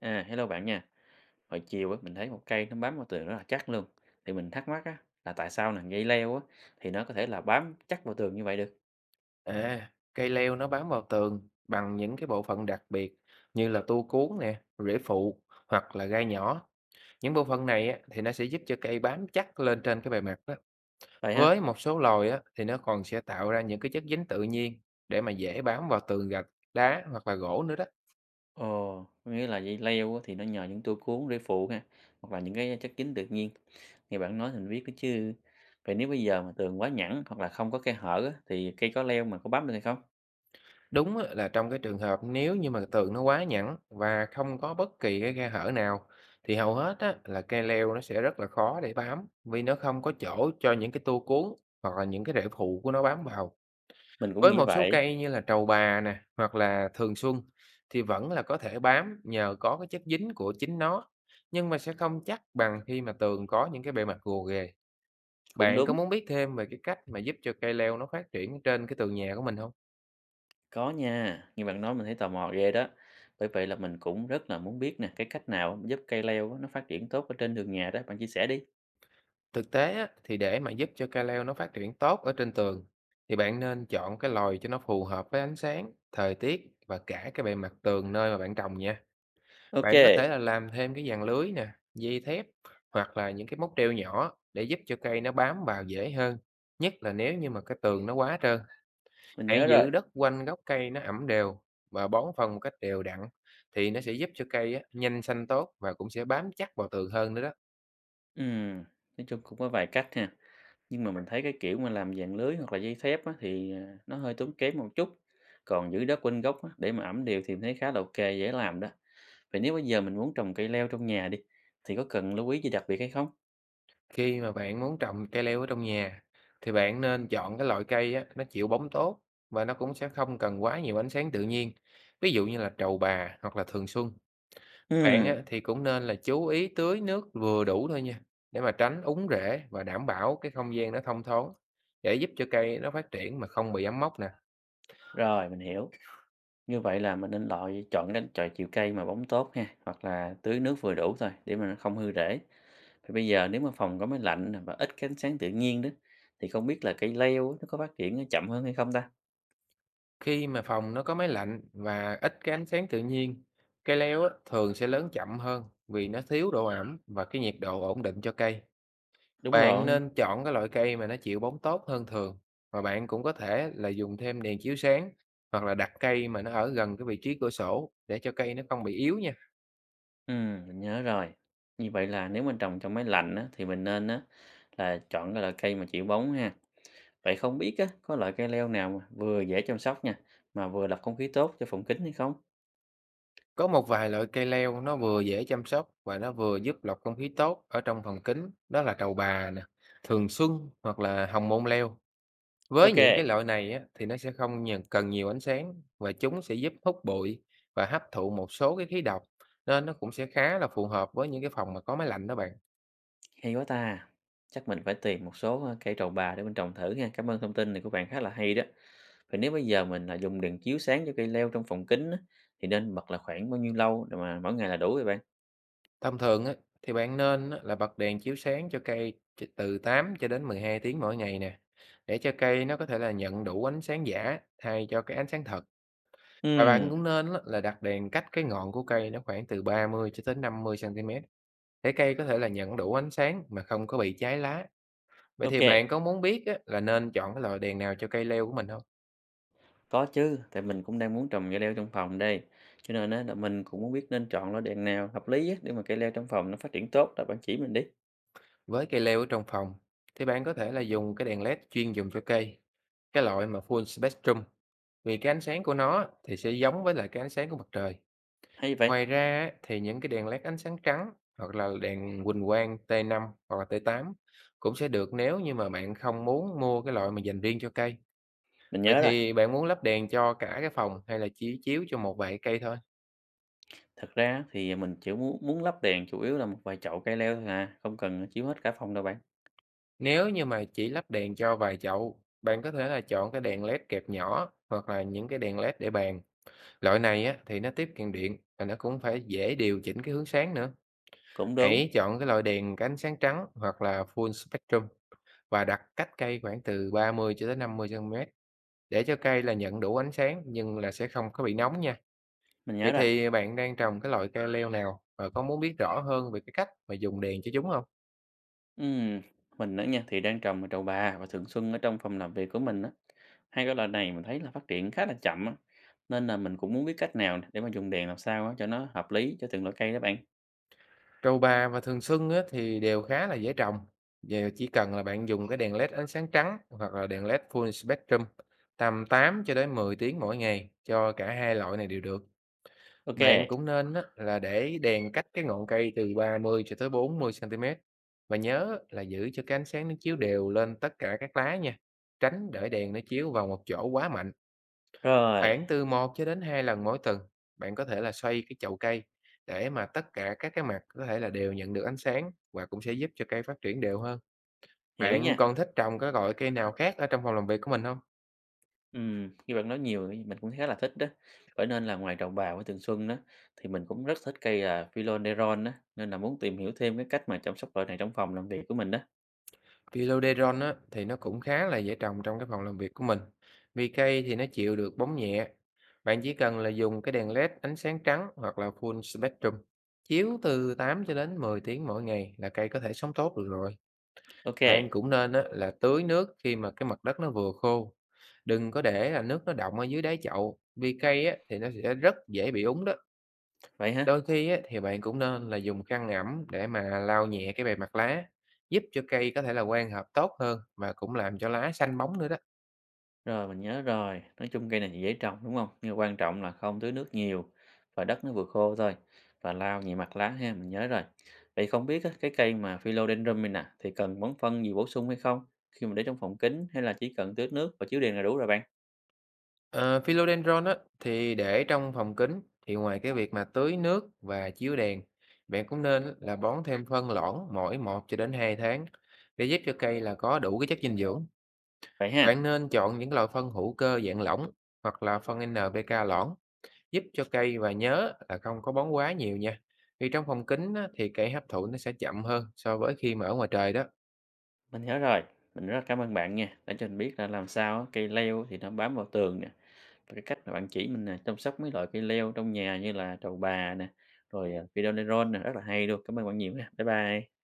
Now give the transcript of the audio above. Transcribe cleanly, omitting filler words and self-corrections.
À, hello bạn nha. Hồi chiều á, mình thấy một cây nó bám vào tường rất là chắc luôn. Thì mình thắc mắc á, là tại sao là dây leo á, thì nó có thể là bám chắc vào tường như vậy được. À, cây leo nó bám vào tường bằng những cái bộ phận đặc biệt như là tua cuốn nè, rễ phụ hoặc là gai nhỏ. Những bộ phận này á, thì nó sẽ giúp cho cây bám chắc lên trên cái bề mặt đó. Vậy hả? Với một số loài á, thì nó còn sẽ tạo ra những cái chất dính tự nhiên để mà dễ bám vào tường gạch, đá hoặc là gỗ nữa đó. Ồ, có nghĩa là dây leo á, thì nó nhờ những tua cuốn, rễ phụ ha, hoặc là những cái chất dính tự nhiên. Nghe bạn nói thì mình biết đó chứ. Vậy nếu bây giờ mà tường quá nhẵn hoặc là không có khe hở á, thì cây có leo mà có bám được hay không? Đúng á, là trong cái trường hợp nếu như mà tường nó quá nhẵn và không có bất kỳ cái khe hở nào thì hầu hết á, là cây leo nó sẽ rất là khó để bám, vì nó không có chỗ cho những cái tua cuốn hoặc là những cái rễ phụ của nó bám vào. Mình cũng Với nghĩ một số vậy, cây như là trầu bà nè hoặc là thường xuân thì vẫn là có thể bám nhờ có cái chất dính của chính nó, nhưng mà sẽ không chắc bằng khi mà tường có những cái bề mặt gồ ghề. cũng Bạn có đúng. muốn biết thêm về cái cách mà giúp cho cây leo nó phát triển trên cái tường nhà của mình không? Có nha, nghe bạn nói mình thấy tò mò ghê đó. Bởi vậy là mình cũng rất là muốn biết nè, cái cách nào giúp cây leo á, nó phát triển tốt ở trên vườn nhà đó, bạn chia sẻ đi. Thực tế á, thì để mà giúp cho cây leo nó phát triển tốt ở trên tường thì bạn nên chọn cái lồi cho nó phù hợp với ánh sáng, thời tiết và cả cái bề mặt tường nơi mà bạn trồng nha. Ok, Bạn có thể là làm thêm cái dàn lưới nè, dây thép hoặc là những cái móc treo nhỏ để giúp cho cây nó bám vào dễ hơn. Nhất là nếu như mà cái tường nó quá trơn, mình hãy nhớ rồi. giữ đất quanh gốc cây nó ẩm đều và bón phân một cách đều đặn, thì nó sẽ giúp cho cây á, nhanh xanh tốt và cũng sẽ bám chắc vào tường hơn nữa đó. Ừm, nói chung cũng có vài cách ha. Nhưng mà mình thấy cái kiểu mà làm dạng lưới hoặc là dây thép á, thì nó hơi tốn kém một chút. Còn giữ đất quanh gốc á, để mà ẩm đều thì mình thấy khá là ok, dễ làm đó. Vậy nếu bây giờ mình muốn trồng cây leo trong nhà đi, thì có cần lưu ý gì đặc biệt hay không? Khi mà bạn muốn trồng cây leo ở trong nhà thì bạn nên chọn cái loại cây á, nó chịu bóng tốt và nó cũng sẽ không cần quá nhiều ánh sáng tự nhiên. Ví dụ như là trầu bà hoặc là thường xuân. Bạn Ừm, á, thì cũng nên là chú ý tưới nước vừa đủ thôi nha, để mà tránh úng rễ và đảm bảo cái không gian nó thông thoáng, để giúp cho cây nó phát triển mà không bị ấm mốc nè. rồi, mình hiểu. Như vậy là mình nên loại chọn cái chọi chịu cây mà bóng tốt ha, hoặc là tưới nước vừa đủ thôi để mà nó không hư rễ. Thì bây giờ nếu mà phòng có máy lạnh nè và ít cái ánh sáng tự nhiên đó thì không biết là cây leo á, nó có phát triển nó chậm hơn hay không ta? Khi mà phòng nó có máy lạnh và ít cái ánh sáng tự nhiên, cây leo á, thường sẽ lớn chậm hơn, vì nó thiếu độ ẩm và cái nhiệt độ ổn định cho cây. Đúng Bạn rồi. nên chọn cái loại cây mà nó chịu bóng tốt hơn thường, và bạn cũng có thể là dùng thêm đèn chiếu sáng hoặc là đặt cây mà nó ở gần cái vị trí cửa sổ, để cho cây nó không bị yếu nha. Ừ, mình nhớ rồi. Như vậy là nếu mình trồng trong máy lạnh á, thì mình nên là chọn cái loại cây mà chịu bóng ha. Vậy không biết á, có loại cây leo nào mà vừa dễ chăm sóc nha, mà vừa lọc không khí tốt cho phòng kính hay không? Có một vài loại cây leo nó vừa dễ chăm sóc và nó vừa giúp lọc không khí tốt ở trong phòng kính, đó là trầu bà nè, thường xuân hoặc là hồng môn leo. Với những Ok. cái loại này á, thì nó sẽ không cần nhiều ánh sáng, và chúng sẽ giúp hút bụi và hấp thụ một số cái khí độc, nên nó cũng sẽ khá là phù hợp với những cái phòng mà có máy lạnh đó bạn. Hay quá ta! Chắc mình phải tìm một số, cây trầu bà để mình trồng thử nha. Cảm ơn thông tin này của bạn khá là hay đó. Vậy nếu bây giờ mình, là dùng đèn chiếu sáng cho cây leo trong phòng kính á, thì nên bật là khoảng bao nhiêu lâu để mà mỗi ngày là đủ vậy bạn? Thông thường á, thì bạn nên á, là bật đèn chiếu sáng cho cây từ 8 cho đến 12 tiếng mỗi ngày nè, để cho cây nó có thể là nhận đủ ánh sáng giả thay cho cái ánh sáng thật. Và bạn Ừm, cũng nên á, là đặt đèn cách cái ngọn của cây nó khoảng từ 30 cho tới 50 cm, để cây có thể là nhận đủ ánh sáng mà không có bị cháy lá. Vậy ok thì bạn có muốn biết á, là nên chọn cái loại đèn nào cho cây leo của mình không? có chứ, tại mình cũng đang muốn trồng cây leo trong phòng đây, cho nên á là mình cũng muốn biết nên chọn loại đèn nào hợp lý á để mà cây leo trong phòng nó phát triển tốt, là bạn chỉ mình đi. Với cây leo ở trong phòng thì bạn có thể là dùng cái đèn LED chuyên dùng cho cây, cái loại mà full spectrum, vì cái ánh sáng của nó thì sẽ giống với lại cái ánh sáng của mặt trời. Hay vậy! Ngoài ra á, thì những cái đèn LED ánh sáng trắng hoặc là đèn huỳnh quang T5 hoặc là T8 cũng sẽ được, nếu như mà bạn không muốn mua cái loại mà dành riêng cho cây. Mình Vậy nhớ rồi, thì bạn muốn lắp đèn cho cả cái phòng hay là chỉ chiếu cho một vài cây thôi? thật ra thì mình chỉ muốn muốn lắp đèn chủ yếu là một vài chậu cây leo thôi à, không cần chiếu hết cả phòng đâu bạn. Nếu như mà chỉ lắp đèn cho vài chậu, bạn có thể là chọn cái đèn LED kẹp nhỏ hoặc là những cái đèn LED để bàn. Loại này á, thì nó tiết kiệm điện và nó cũng phải dễ điều chỉnh cái hướng sáng nữa. Cũng đúng. Hãy chọn cái loại đèn có ánh sáng trắng hoặc là full spectrum và đặt cách cây khoảng từ 30 cho tới 50 cm, để cho cây là nhận đủ ánh sáng nhưng là sẽ không có bị nóng nha. Mình nhớ Vậy rồi. thì bạn đang trồng cái loại cây leo nào, và có muốn biết rõ hơn về cái cách mà dùng đèn cho chúng không? Ừm, mình nữa nha thì đang trồng ở trầu bà và thường xuân ở trong phòng làm việc của mình á. Hai cái loại này mình thấy là phát triển khá là chậm á. Nên là mình cũng muốn biết cách nào để mà dùng đèn làm sao á, cho nó hợp lý cho từng loại cây đó bạn. Trầu bà và thường xuân á, thì đều khá là dễ trồng. Giờ chỉ cần là bạn dùng cái đèn LED ánh sáng trắng hoặc là đèn LED full spectrum tầm 8 cho đến 10 tiếng mỗi ngày cho cả hai loại này đều được. Ok, Bạn cũng nên á, là để đèn cách cái ngọn cây từ 30 cho tới 40 cm, và nhớ là giữ cho cái ánh sáng nó chiếu đều lên tất cả các lá nha. Tránh để đèn nó chiếu vào một chỗ quá mạnh. rồi, Khoảng từ một cho đến 2 lần mỗi tuần, bạn có thể là xoay cái chậu cây để mà tất cả các cái mặt có thể là đều nhận được ánh sáng, và cũng sẽ giúp cho cây phát triển đều hơn. hiểu Bạn nha. còn thích trồng các loại cây nào khác ở trong phòng làm việc của mình không? Khi bạn nói nhiều thì mình cũng khá là thích đó. Bởi nên là ngoài trầu bà với thường xuân đó thì mình cũng rất thích cây là philodendron đó, nên là muốn tìm hiểu thêm cái cách mà chăm sóc loại này trong phòng làm việc của mình đó. Philodendron á, thì nó cũng khá là dễ trồng trong cái phòng làm việc của mình, vì cây thì nó chịu được bóng nhẹ. Bạn chỉ cần là dùng cái đèn LED ánh sáng trắng hoặc là full spectrum, chiếu từ 8 cho đến 10 tiếng mỗi ngày là cây có thể sống tốt được rồi. Ok, Bạn cũng nên á, là tưới nước khi mà cái mặt đất nó vừa khô. Đừng có để là nước nó đọng ở dưới đáy chậu, vì cây á, thì nó sẽ rất dễ bị úng đó. vậy hả? Đôi khi á, thì bạn cũng nên là dùng khăn ẩm để mà lau nhẹ cái bề mặt lá, giúp cho cây có thể là quang hợp tốt hơn và cũng làm cho lá xanh bóng nữa đó. Rồi, mình nhớ rồi. Nói chung cây này thì dễ trồng, đúng không? Nhưng mà quan trọng là không tưới nước nhiều và đất nó vừa khô thôi, và lau nhẹ mặt lá ha, mình nhớ rồi. Vậy không biết á, cái cây mà Philodendron này nè, thì cần bón phân gì bổ sung hay không? Khi mà để trong phòng kính hay là chỉ cần tưới nước và chiếu đèn là đủ rồi bạn? Ờ, philodendron á, thì để trong phòng kính thì ngoài cái việc mà tưới nước và chiếu đèn, bạn cũng nên á, là bón thêm phân loãng mỗi một cho đến 2 tháng, để giúp cho cây là có đủ cái chất dinh dưỡng. Vậy ha, Bạn nên chọn những loại phân hữu cơ dạng lỏng hoặc là phân NPK loãng giúp cho cây, và nhớ là không có bón quá nhiều nha. Vì trong phòng kính á, thì cây hấp thụ nó sẽ chậm hơn so với khi mà ở ngoài trời đó. mình nhớ rồi. Mình rất là cảm ơn bạn nha, đã cho mình biết là làm sao á, cây leo thì nó bám vào tường nè, và cái cách mà bạn chỉ mình, chăm sóc mấy loại cây leo trong nhà như là trầu bà nè, rồi, Philodendron nè, rất là hay luôn. Cảm ơn bạn nhiều nha. Bye bye.